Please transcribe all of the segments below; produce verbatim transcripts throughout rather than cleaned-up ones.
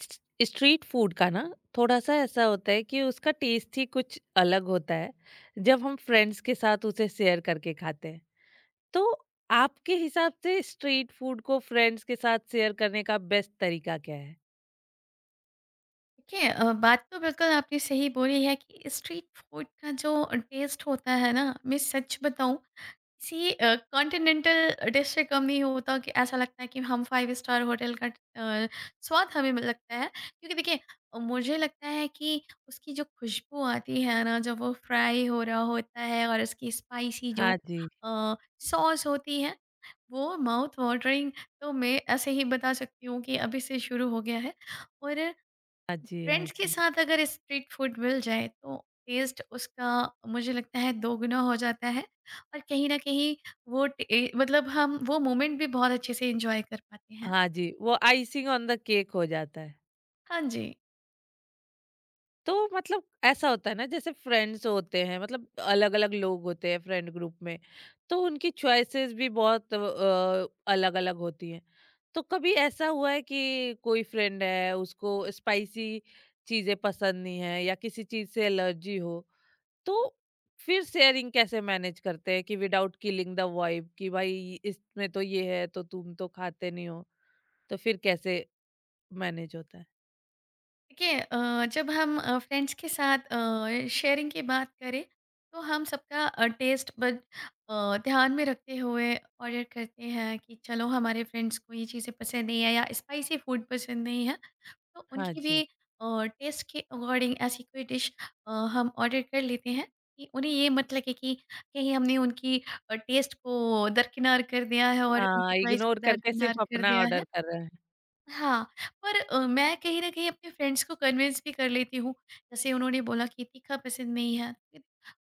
स्ट- street food का ना, थोड़ा सा ऐसा होता है कि उसका टेस्ट ही कुछ अलग होता है जब हम फ्रेंड्स के साथ उसे शेयर करके खाते हैं तो। आपके हिसाब से स्ट्रीट फूड को फ्रेंड्स के साथ शेयर करने का बेस्ट तरीका क्या है? देखिए अ, बात तो बिल्कुल आपने सही बोली है कि स्ट्रीट फूड का जो टेस्ट होता है ना मैं सच बताऊं किसी कॉन्टिनेंटल डिश से कम नहीं होता। कि ऐसा लगता है कि हम फाइव स्टार होटल का अ, स्वाद हमें मिल लगता है क्योंकि देखिए अ, मुझे लगता है कि उसकी जो खुशबू आती है ना जब वो फ्राई हो रहा होता है और उसकी स्पाइसी जो हाँ जी, सॉस होती है वो माउथ वाटरिंग। तो मैं ऐसे ही बता सकती हूँ कि अभी से शुरू हो गया है। और हाँ जी। हाँ फ्रेंड्स के जी, साथ अगर स्ट्रीट फूड मिल जाए तो टेस्ट उसका मुझे लगता है दोगुना हो जाता है। और कहीं ना कहीं वो टे- मतलब हम वो मोमेंट भी बहुत अच्छे से एंजॉय कर पाते हैं। हाँ जी, वो आइसिंग ऑन द केक हो जाता है। हाँ जी। तो मतलब ऐसा होता है ना, जैसे फ्रेंड्स होते हैं मतलब अलग अलग लोग होते हैं फ्रेंड ग्रुप में, तो उनकी चॉइसेस भी बहुत अलग अलग होती हैं। तो कभी ऐसा हुआ है कि कोई फ्रेंड है, उसको स्पाइसी चीजें पसंद नहीं है या किसी चीज से एलर्जी हो, तो फिर शेयरिंग कैसे मैनेज करते हैं कि विदाउट किलिंग द वाइब, कि भाई इसमें तो ये है तो तुम तो खाते नहीं हो? तो फिर कैसे मैनेज होता है? देखिए अ, जब हम फ्रेंड्स के साथ शेयरिंग की बात करें तो हम सबका टेस्ट बट ध्यान में रखते हुए ऑर्डर करते हैं कि चलो हमारे फ्रेंड्स को ये चीज़ें पसंद नहीं है या स्पाइसी फूड पसंद नहीं है। तो हाँ उनकी भी जी। अ, टेस्ट के अकॉर्डिंग ऐसी कोई डिश अ, हम ऑर्डर कर लेते हैं कि उन्हें ये मत लगे कि कहीं हमने उनकी अ, टेस्ट को दरकिनार कर दिया है और उनकी हाँ, चॉइस इग्नोर को करके दरकिनार सिर्फ़ कर अपना दिया है। ऑर्डर कर रहे हैं। हाँ, पर अ, मैं कहीं न कहीं अपने फ्रेंड्स को कन्विंस भी कर लेती हूँ। जैसे उन्होंने बोला कि तीखा पसंद नहीं है, फिर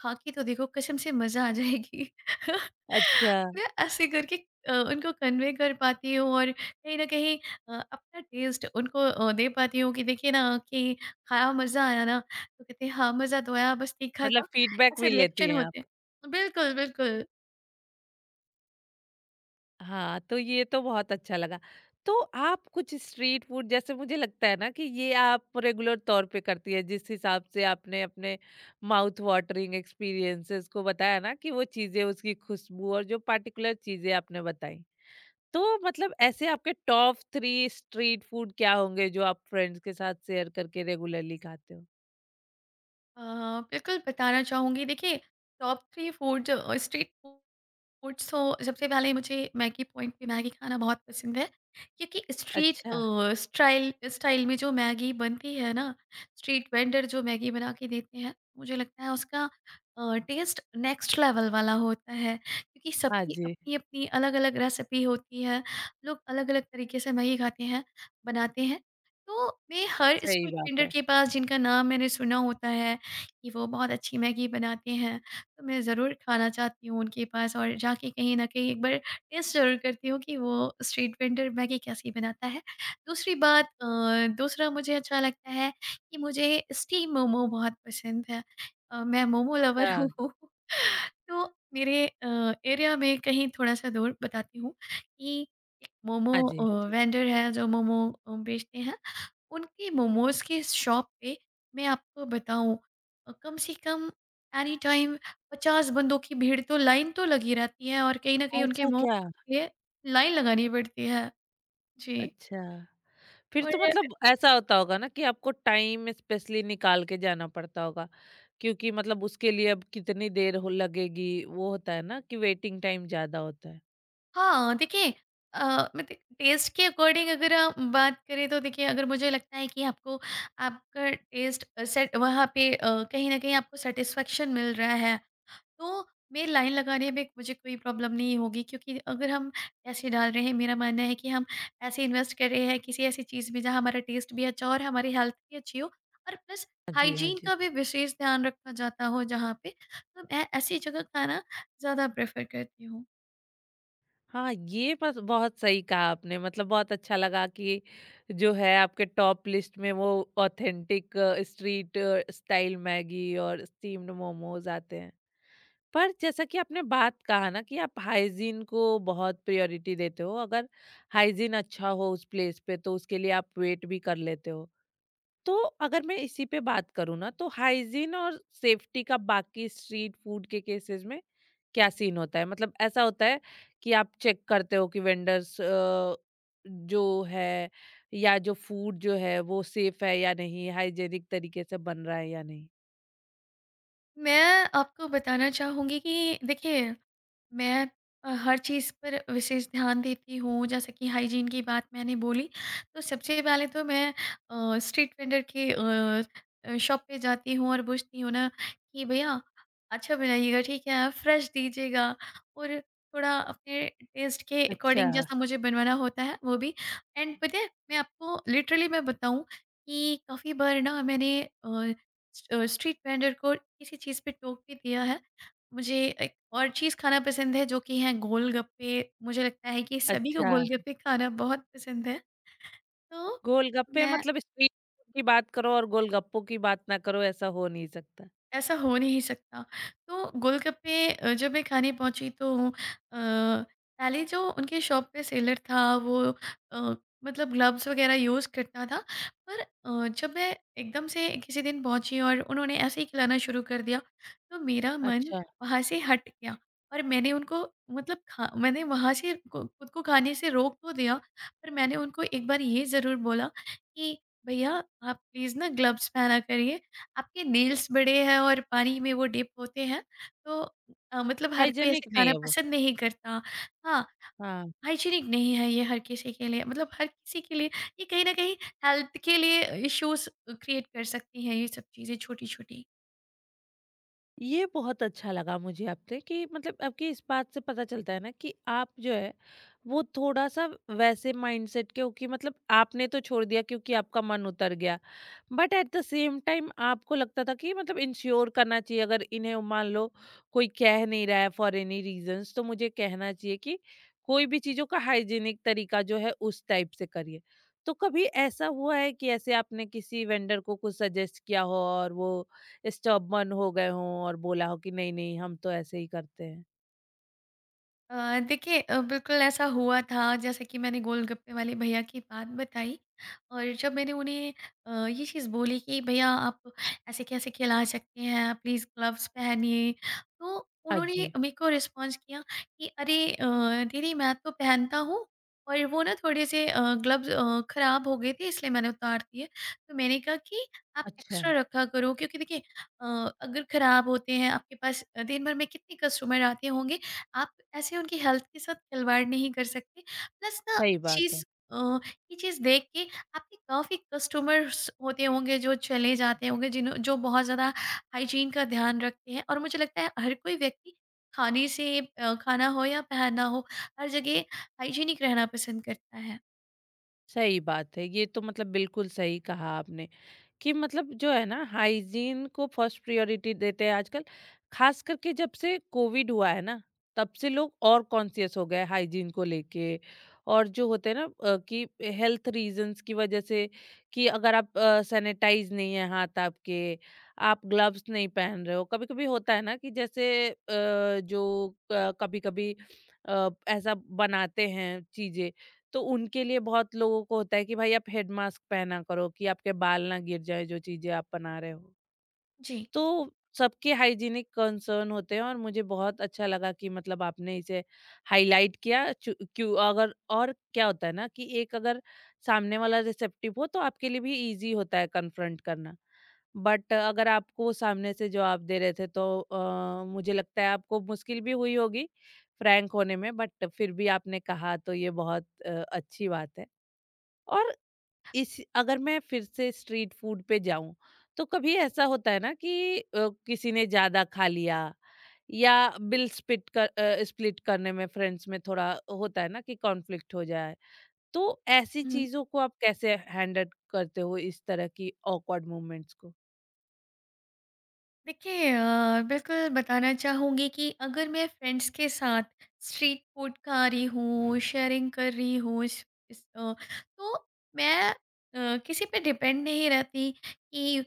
खा के तो देखो कसम से मज़ा आ जाएगी। अच्छा। मैं ऐसे करके अ, उनको कन्वे कर पाती हूँ और कहीं न कहीं अ, अपना टेस्ट उनको अ, दे पाती हूँ कि देखिए ना कि खाया मज़ा आया ना? तो कहते हैं, "हाँ, मज़ा तो आया बस तीखा मतलब था।" फीडबैक ऐसे भी लेती रिएक्शन हैं होते आप। हैं। बिल्कुल, बिल्कुल। हाँ, तो ये तो बहुत अच्छा लगा। तो आप कुछ स्ट्रीट फूड, जैसे मुझे लगता है ना कि ये आप रेगुलर तौर पे करती हैं, जिस हिसाब से आपने अपने माउथ वाटरिंग एक्सपीरियंसेस को बताया ना कि वो चीज़ें, उसकी खुशबू और जो पार्टिकुलर चीज़ें आपने बताई। तो मतलब ऐसे आपके टॉप थ्री स्ट्रीट फूड क्या होंगे जो आप फ्रेंड्स के साथ शेयर करके रेगुलरली खाते हो? अ, बिल्कुल बताना चाहूँगी। देखिए टॉप तीन फूड जो अ, स्ट्रीट फू ओट्स तो सबसे पहले मुझे मैगी पॉइंट पे मैगी खाना बहुत पसंद है क्योंकि स्ट्रीट अच्छा। अ, स्टाइल स्टाइल में जो मैगी बनती है ना, स्ट्रीट वेंडर जो मैगी बना के देते हैं मुझे लगता है उसका अ, टेस्ट नेक्स्ट लेवल वाला होता है क्योंकि हाँ सबकी जी। अपनी अपनी अलग अलग रेसिपी होती है। लोग अलग अलग तरीके से मैगी खाते हैं, बनाते हैं। तो मैं हर सही स्ट्रीट बात वेंडर है। के पास जिनका नाम मैंने सुना होता है कि वो बहुत अच्छी मैगी बनाते हैं, तो मैं ज़रूर खाना चाहती हूँ उनके पास और जाके कहीं न कहीं एक बार टेस्ट ज़रूर करती हूँ कि वो स्ट्रीट वेंडर मैगी कैसी बनाता है। दूसरी बात अ, दूसरा मुझे अच्छा लगता है कि मुझे स्टीम मोमो बहुत पसंद है। अ, मैं मोमो लवर अच्छा। हूँ। तो मेरे अ, एरिया में कहीं थोड़ा-सा दूर बताती हूँ कि एक मोमो हाँ जी, अ, हाँ जी। वेंडर है जो मोमो अ, बेचते हैं। उनके मोमोज़ के शॉप पे मैं आपको बताऊँ अ, कम से कम एनी टाइम पचास बंदों की भीड़ तो लाइन तो लगी रहती है और कहीं न कहीं उनके ऐसा मुँह क्या? के लिए लाइन लगानी पड़ती है। जी। अच्छा, फिर और तो मतलब ऐसा होता होगा ना कि आपको टाइम स्पेशली निकाल के जाना पड़ता होगा, क्योंकि मतलब उसके लिए अब कितनी देर हो लगेगी, वो होता है ना कि वेटिंग टाइम ज़्यादा होता है। हाँ, देखिए अ, मतलब टेस्ट के अकॉर्डिंग अगर हम बात करें तो देखिए अगर मुझे लगता है कि आपको आपका टेस्ट सेट वहाँ पे अ, कहीं न कहीं आपको सैटिस्फैक्शन मिल रहा है तो मेरी लाइन लगाने में मुझे कोई प्रॉब्लम नहीं होगी क्योंकि अगर हम पैसे डाल रहे हैं मेरा मानना है कि हम ऐसे इन्वेस्ट कर रहे हैं किसी ऐसी चीज़ में जहाँ हमारा टेस्ट भी अच्छा हो और हमारी हेल्थ भी अच्छी हो और प्लस हाँ जी, हाँ हाइजीन जी। का भी विशेष ध्यान रखा जाता हो जहाँ पे। तो मैं ऐसी जगह खाना ज़्यादा प्रेफर करती हूँ। हाँ, ये बस बहुत सही कहा आपने, मतलब बहुत अच्छा लगा कि जो है आपके टॉप लिस्ट में, वो ऑथेंटिक स्ट्रीट स्टाइल मैगी और स्टीम्ड मोमोज़ आते हैं। पर जैसा कि आपने बात कहा ना कि आप हाइजीन को बहुत प्रायोरिटी देते हो, अगर हाइजीन अच्छा हो उस प्लेस पे तो उसके लिए आप वेट भी कर लेते हो। तो अगर मैं इसी पे बात करूँ ना, तो हाइजीन और सेफ्टी का बाकी स्ट्रीट फूड के केसेस में क्या सीन होता है? मतलब ऐसा होता है कि आप चेक करते हो कि वेंडर्स अ, जो है, या जो फूड जो है वो सेफ है या नहीं, हाइजीनिक तरीके से बन रहा है या नहीं? मैं आपको बताना चाहूँगी कि देखिए मैं अ, हर चीज़ पर विशेष ध्यान देती हूँ। जैसे कि हाइजीन की बात मैंने बोली, तो सबसे पहले तो मैं अ, स्ट्रीट वेंडर के अ अ, शॉप पे जाती हूँ और पूछती हूँ ना कि भैया अच्छा बनाइएगा, ठीक है? फ्रेश दीजिएगा और थोड़ा अपने टेस्ट के अच्छा। अकॉर्डिंग जैसा मुझे बनवाना होता है, वो भी एंड पता है, मैं आपको लिटरली मैं बताऊँ कि काफ़ी बार ना मैंने अ, स अ, स्ट्रीट वेंडर को किसी चीज़ पे टोक भी दिया है। मुझे एक और चीज़ खाना पसंद है जो कि है गोलगप्पे। मुझे लगता है कि सभी को अच्छा। गोलगप्पे खाना बहुत पसंद है। तो गोलगप्पे मैं मतलब, स्ट्रीट फूड की बात करो और गोलगप्पों की बात ना करो, ऐसा हो नहीं सकता। ऐसा हो नहीं सकता। तो गोलगप्पे अ, जब मैं खाने पहुँची तो अ, पहले जो उनके शॉप पे सेलर था वो अ, मतलब ग्लव्स वग़ैरह यूज़ करता था। पर अ, जब मैं एकदम से किसी दिन पहुँची और उन्होंने ऐसे ही खिलाना शुरू कर दिया, तो मेरा मन अच्छा, वहाँ से हट गया और मैंने उनको मतलब खा मैंने वहाँ से खु खुद को खाने से रोक तो दिया, पर मैंने उनको एक बार ये ज़रूर बोला कि भैया आप प्लीज़ ना ग्लव्स पहना करिए। आपके नेल्स बड़े हैं और पानी में वो डिप होते हैं तो अ, मतलब हर कोई हाइजीनिक ऐसे नहीं खाना है वो। पसंद नहीं करता। हाँ, हाँ, हाइजीनिक नहीं है ये हर किसी के लिए मतलब हर किसी के लिए ये कहीं न कहीं हेल्थ के लिए इश्यूज़ क्रिएट कर सकती हैं ये सब चीज़ें छोटी-छोटी। ये बहुत अच्छा लगा मुझे आपसे कि मतलब आपकी इस बात से पता चलता है ना कि आप जो है वो थोड़ा सा वैसे माइंडसेट, क्योंकि मतलब आपने तो छोड़ दिया क्योंकि आपका मन उतर गया, but at the same time आपको लगता था कि मतलब इंश्योर करना चाहिए। अगर इन्हें मान लो कोई कह नहीं रहा है फॉर एनी रीजंस, तो मुझे कहना चाहिए कि कोई भी चीज़ों का हाइजीनिक तरीका जो है उस टाइप से करिए। तो कभी ऐसा हुआ है कि ऐसे आपने किसी वेंडर को कुछ सजेस्ट किया हो और वो स्टबर्न हो गए हों और बोला हो कि नहीं नहीं, हम तो ऐसे ही करते हैं? अ, देखिए अ, बिल्कुल ऐसा हुआ था जैसे कि मैंने गोलगप्पे वाले भैया की बात बताई और जब मैंने उन्हें अ, ये चीज़ बोली कि भैया आप ऐसे कैसे खिला सकते हैं आप प्लीज़ ग्लव्स पहनिए। तो हाँ उन्होंने जी। मेरे को रिस्पॉन्स किया कि अरे अ, दीदी मैं तो पहनता हूँ और वो ना थोड़े से ग्लव्स खराब हो गए थे इसलिए मैंने उतार दिए। तो मैंने कहा कि आप अच्छा। एक्स्ट्रा रखा करो क्योंकि देखिए अ, अगर खराब होते हैं आपके पास दिन भर में कितने कस्टमर आते होंगे, आप ऐसे उनकी हेल्थ के साथ खिलवाड़ नहीं कर सकते। प्लस ना सही बात है। चीज़ अ, ये चीज़ देख के आपके काफ़ी कस्टमर्स होते होंगे जो चले जाते होंगे जिन्हों जो बहुत ज़्यादा हाइजीन का ध्यान रखते हैं और मुझे लगता है हर कोई व्यक्ति खाने से अ, खाना हो या पहनना हो, हर जगह हाइजीनिक रहना पसंद करता है। सही बात है, ये तो मतलब बिल्कुल सही कहा आपने। कि मतलब जो है ना, हाइजीन को फर्स्ट प्रायोरिटी देते हैं आजकल, खास करके जब से कोविड हुआ है ना, तब से लोग और कॉन्शियस हो गए हाइजीन को लेके। और जो होते हैं ना अ, कि हेल्थ रीजंस की वजह से, कि अगर आप सैनिटाइज नहीं है हाथ आपके, आप ग्लव्स नहीं पहन रहे हो। कभी कभी होता है ना कि जैसे अ, जो कभी कभी ऐसा बनाते हैं चीजें, तो उनके लिए बहुत लोगों को होता है कि भाई आप हेड मास्क पहना करो कि आपके बाल ना गिर जाए जो चीजें आप बना रहे हो। जी। तो सबके हाइजीनिक कंसर्न होते हैं और मुझे बहुत अच्छा लगा कि मतलब आपने इसे हाईलाइट किया। चु- क्यों अगर, और क्या होता है ना कि एक अगर सामने वाला रिसेप्टिव हो तो आपके लिए भी इजी होता है कन्फ्रंट करना, बट अगर आपको वो सामने से जवाब दे रहे थे तो अ, मुझे लगता है आपको मुश्किल भी हुई होगी फ्रैंक होने में, बट फिर भी आपने कहा, तो ये बहुत अ, अच्छी बात है। और इस, अगर मैं फिर से स्ट्रीट फूड पे जाऊं, तो कभी ऐसा होता है ना कि अ, किसी ने ज्यादा खा लिया, या बिल स्प्लिट कर अ, स्प्लिट करने में फ्रेंड्स में थोड़ा होता है ना कि कॉन्फ्लिक्ट हो जाए। तो ऐसी चीजों को आप कैसे हैंडल करते हो, इस तरह की ऑकवर्ड मोमेंट्स को? देखिए अ, बिल्कुल बताना चाहूँगी कि अगर मैं फ्रेंड्स के साथ स्ट्रीट फूड खा रही हूँ, शेयरिंग कर रही हूँ इस इस अ, तो मैं अ, किसी पे डिपेंड नहीं रहती कि अ,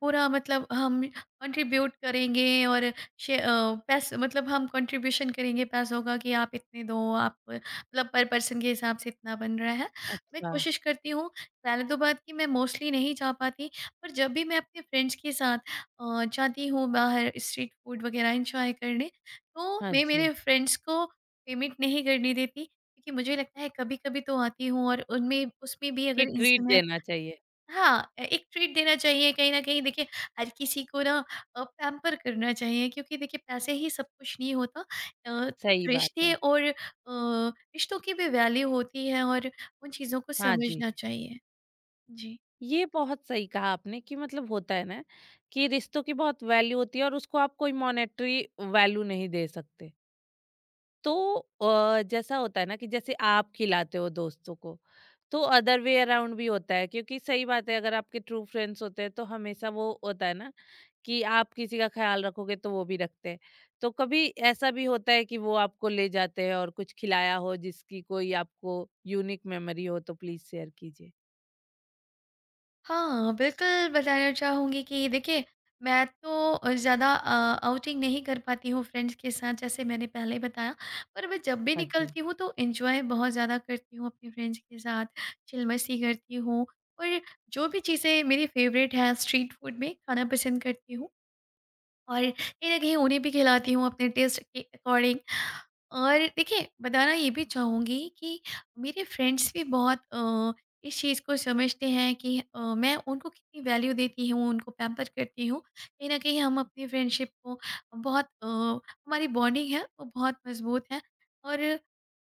पूरा मतलब हम कंट्रीब्यूट करेंगे और शे अ, पैस मतलब हम कंट्रीब्यूशन करेंगे पैसों का कि आप इतने दो, आप मतलब पर पर्सन के हिसाब से इतना बन रहा है। मैं अच्छा। कोशिश करती हूँ, पहले तो बात कि मैं मोस्टली नहीं जा पाती, पर जब भी मैं अपने फ्रेंड्स के साथ अ, जाती हूँ बाहर स्ट्रीट फूड वगैरह इंजॉय करने, तो हाँ मैं मेरे जी। फ्रेंड्स को पेमेंट नहीं करने देती क्योंकि मुझे लगता है कभी कभी तो आती हूँ और उनमें उसमें भी अगर कि ट्रीट इंसान है। देना चाहिए। हाँ ए- एक ट्रीट देना चाहिए कहीं ना कहीं। देखिए हर किसी को ना पैम्पर करना चाहिए क्योंकि देखिए पैसे ही सब कुछ नहीं होता। अ, कुछ सही बात रिश्ते है। और अ, रिश्तों की भी वैल्यू होती है और उन चीज़ों को हाँ जी। समझना चाहिए। जी। ये बहुत सही कहा आपने कि मतलब होता है ना कि रिश्तों की बहुत वैल्यू होती है, और उसको आप कोई मॉनेटरी वैल्यू नहीं दे सकते। तो अ, जैसा होता है ना कि जैसे आप खिलाते हो दोस्तों को, तो अदर वे अराउंड भी होता है, क्योंकि सही बात है अगर आपके ट्रू फ्रेंड्स होते हैं तो हमेशा वो होता है ना कि आप किसी का ख्याल रखोगे तो वो भी रखते हैं। तो कभी ऐसा भी होता है कि वो आपको ले जाते हैं और कुछ खिलाया हो जिसकी कोई आपको यूनिक मेमोरी हो, तो प्लीज शेयर कीजिए। हाँ, बिल्कुल बताना चाहूँगी कि देखिए, मैं तो अ, ज़्यादा अ, आउटिंग नहीं कर पाती हूँ फ्रेंड्स के साथ जैसे मैंने पहले बताया। पर मैं जब भी हाँ जी। निकलती हूँ तो एन्जॉय बहुत ज़्यादा करती हूँ अपने फ्रेंड्स के साथ, चिल मस्ती करती हूँ और जो भी चीज़ें मेरी फ़ेवरेट हैं स्ट्रीट फूड में खाना पसंद करती हूँ और कहीं न कहीं उन्हें भी खिलाती हूँ अपने टेस्ट के अकॉर्डिंग। और देखिए बताना ये भी चाहूँगी कि मेरे फ्रेंड्स भी बहुत अ, इस चीज़ को समझते हैं कि अ, मैं उनको कितनी वैल्यू देती हूँ, उनको पैम्पर करती हूँ। कहीं न कहीं हम अपनी फ्रेंडशिप को बहुत अ, हमारी बॉन्डिंग है वो बहुत मज़बूत है। और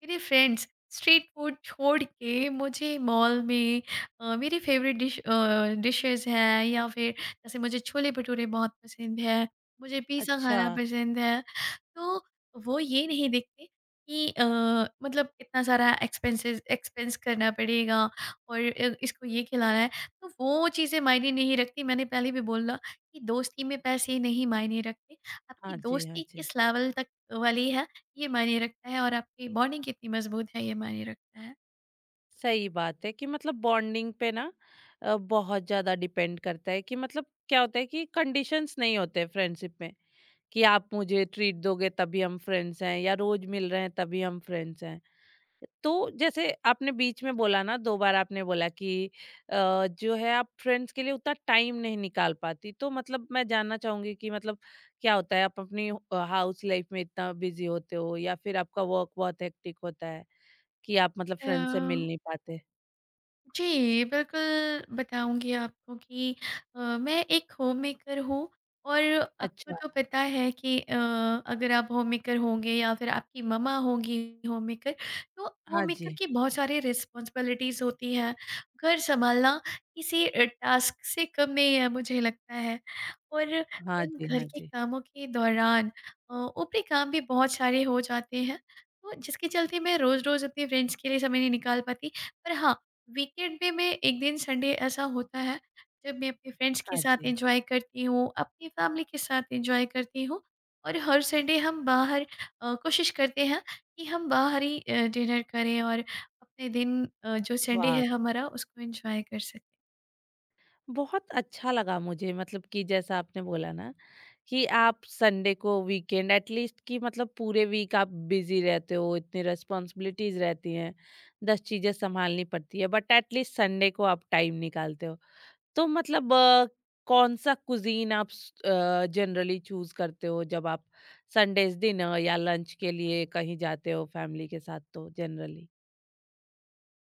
मेरे फ्रेंड्स स्ट्रीट फूड छोड़ के मुझे मॉल में अ, मेरी फ़ेवरेट डिश अ, डिशेज़ हैं या फिर जैसे मुझे छोले-भटूरे बहुत पसंद है, मुझे पिज़्ज़ा अच्छा। खाना पसंद है। तो वो ये नहीं देखते कि अ, मतलब इतना सारा एक्सपेंसेस एक्सपेंस करना पड़ेगा और अ, इसको ये खिलाना है, तो वो चीज़ें मायने नहीं रखती। मैंने पहले भी बोला कि दोस्ती में पैसे नहीं मायने रखते, हाँ आपकी जी, हाँ दोस्ती जी। किस लेवल तक वाली है ये मायने रखता है और आपकी बॉन्डिंग कितनी मजबूत है ये मायने रखता है। सही बात है कि मतलब बॉन्डिंग पे ना अ, बहुत ज़्यादा डिपेंड करता है। कि मतलब क्या होता है कि कंडीशंस नहीं होते फ्रेंडशिप में, कि आप मुझे ट्रीट दोगे तभी हम फ्रेंड्स हैं, या रोज़ मिल रहे हैं तभी हम फ्रेंड्स हैं। तो जैसे आपने बीच में बोला ना, दो बार आपने बोला कि अ, जो है आप फ्रेंड्स के लिए उतना टाइम नहीं निकाल पाती। तो मतलब मैं जानना चाहूँगी कि मतलब क्या होता है, आप अपनी अ, हाउस लाइफ़ में इतना बिज़ी होते हो या फिर आपका वर्क बहुत हेक्टिक होता है? कि आप मतलब अ, फ्रेंड से मिल नहीं पाते। जी, बिल्कुल बताऊँगी आपको कि अ, मैं एक होममेकर हूँ और आपको अच्छा। तो पता है कि अ, अगर आप होममेकर होंगे या फिर आपकी मम्मा होंगी होममेकर, तो हाँ होममेकर जी। की बहुत सारी रिस्पॉन्सिबिलिटीज़ होती हैं। घर सँभालना किसी अ, टास्क से कम नहीं है मुझे लगता है। और हाँ उन जी, घर हाँ के जी। कामों के दौरान अ, ऊपरी काम भी बहुत सारे हो जाते हैं, तो जिसके चलते मैं रोज़-रोज़ अपने फ्रेंड्स के लिए समय नहीं निकाल पाती। पर हाँ, वीकेंड पे मैं एक दिन संडे ऐसा होता है जब मैं अपने फ्रेंड्स के हाँ साथ जी। एंजॉय करती हूँ, अपनी फैमिली के साथ एंजॉय करती हूँ। और हर संडे हम बाहर अ, कोशिश करते हैं कि हम बाहर ही अ, डिनर करें और अपने दिन अ, जो संडे वाह! है हमारा उसको एंजॉय कर सकें। बहुत अच्छा लगा मुझे, मतलब कि जैसा आपने बोला ना कि आप संडे को वीकेंड एट लीस्ट, कि मतलब पूरे वीक आप बिज़ी रहते हो, इतनी रिस्पॉन्सिबिलिटीज़ रहती हैं, दस चीज़ें सँभालनी पड़ती है, बट एट लीस्ट संडे को आप टाइम निकालते हो। तो मतलब अ, कौन सा कुज़ीन आप जनरली चूज़ करते हो जब आप संडेज़ दिन अ, या लंच के लिए कहीं जाते हो फैमिली के साथ, तो जनरली?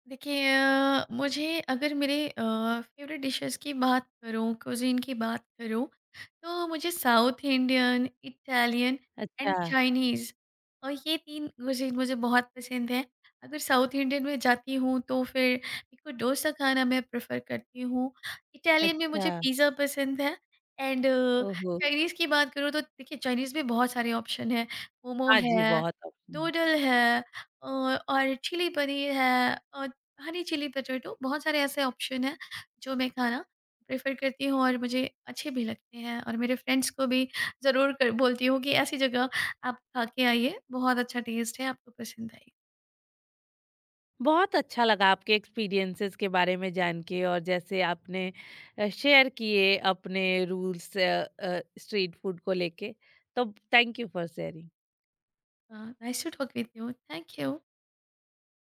देखिए अ, मुझे अगर मेरे अ, फेवरेट डिशेस की बात करूँ, कुज़ीन की बात करूँ, तो मुझे साउथ इंडियन, इटालियन अच्छा। एंड चाइनीज़ और ये तीन कुज़ीन मुझे बहुत पसंद है। अगर साउथ इंडियन में जाती हूँ तो फिर मेरे को डोसा खाना मैं प्रेफ़र करती हूँ। इटालियन में अच्छा। मुझे पिज़्ज़ा पसंद है एंड ओहो! चाइनीज़ की बात करूँ तो देखिए चाइनीज़ में बहुत सारे ऑप्शन हैं। मोमो हाँ जी, है, बहुत ऑप्शन है। नूडल है अ, और चिली पनीर है और हनी चिली पोटैटो, बहुत सारे ऐसे ऑप्शन हैं जो मैं खाना प्रेफ़र करती हूँ और मुझे अच्छे भी लगते हैं और मेरे फ्रेंड्स को भी ज़रूर कर बोलती हूँ कि ऐसी जगह आप खा के आइए, बहुत अच्छा टेस्ट है, आपको पसंद आएगा। बहुत अच्छा लगा आपके एक्सपीरियंसेस के बारे में जान के, और जैसे आपने अ, शेयर किए अपने रूल्स अ अ, स्ट्रीट फूड को लेके, तो thank you for sharing. Nice to talk with you, thank you.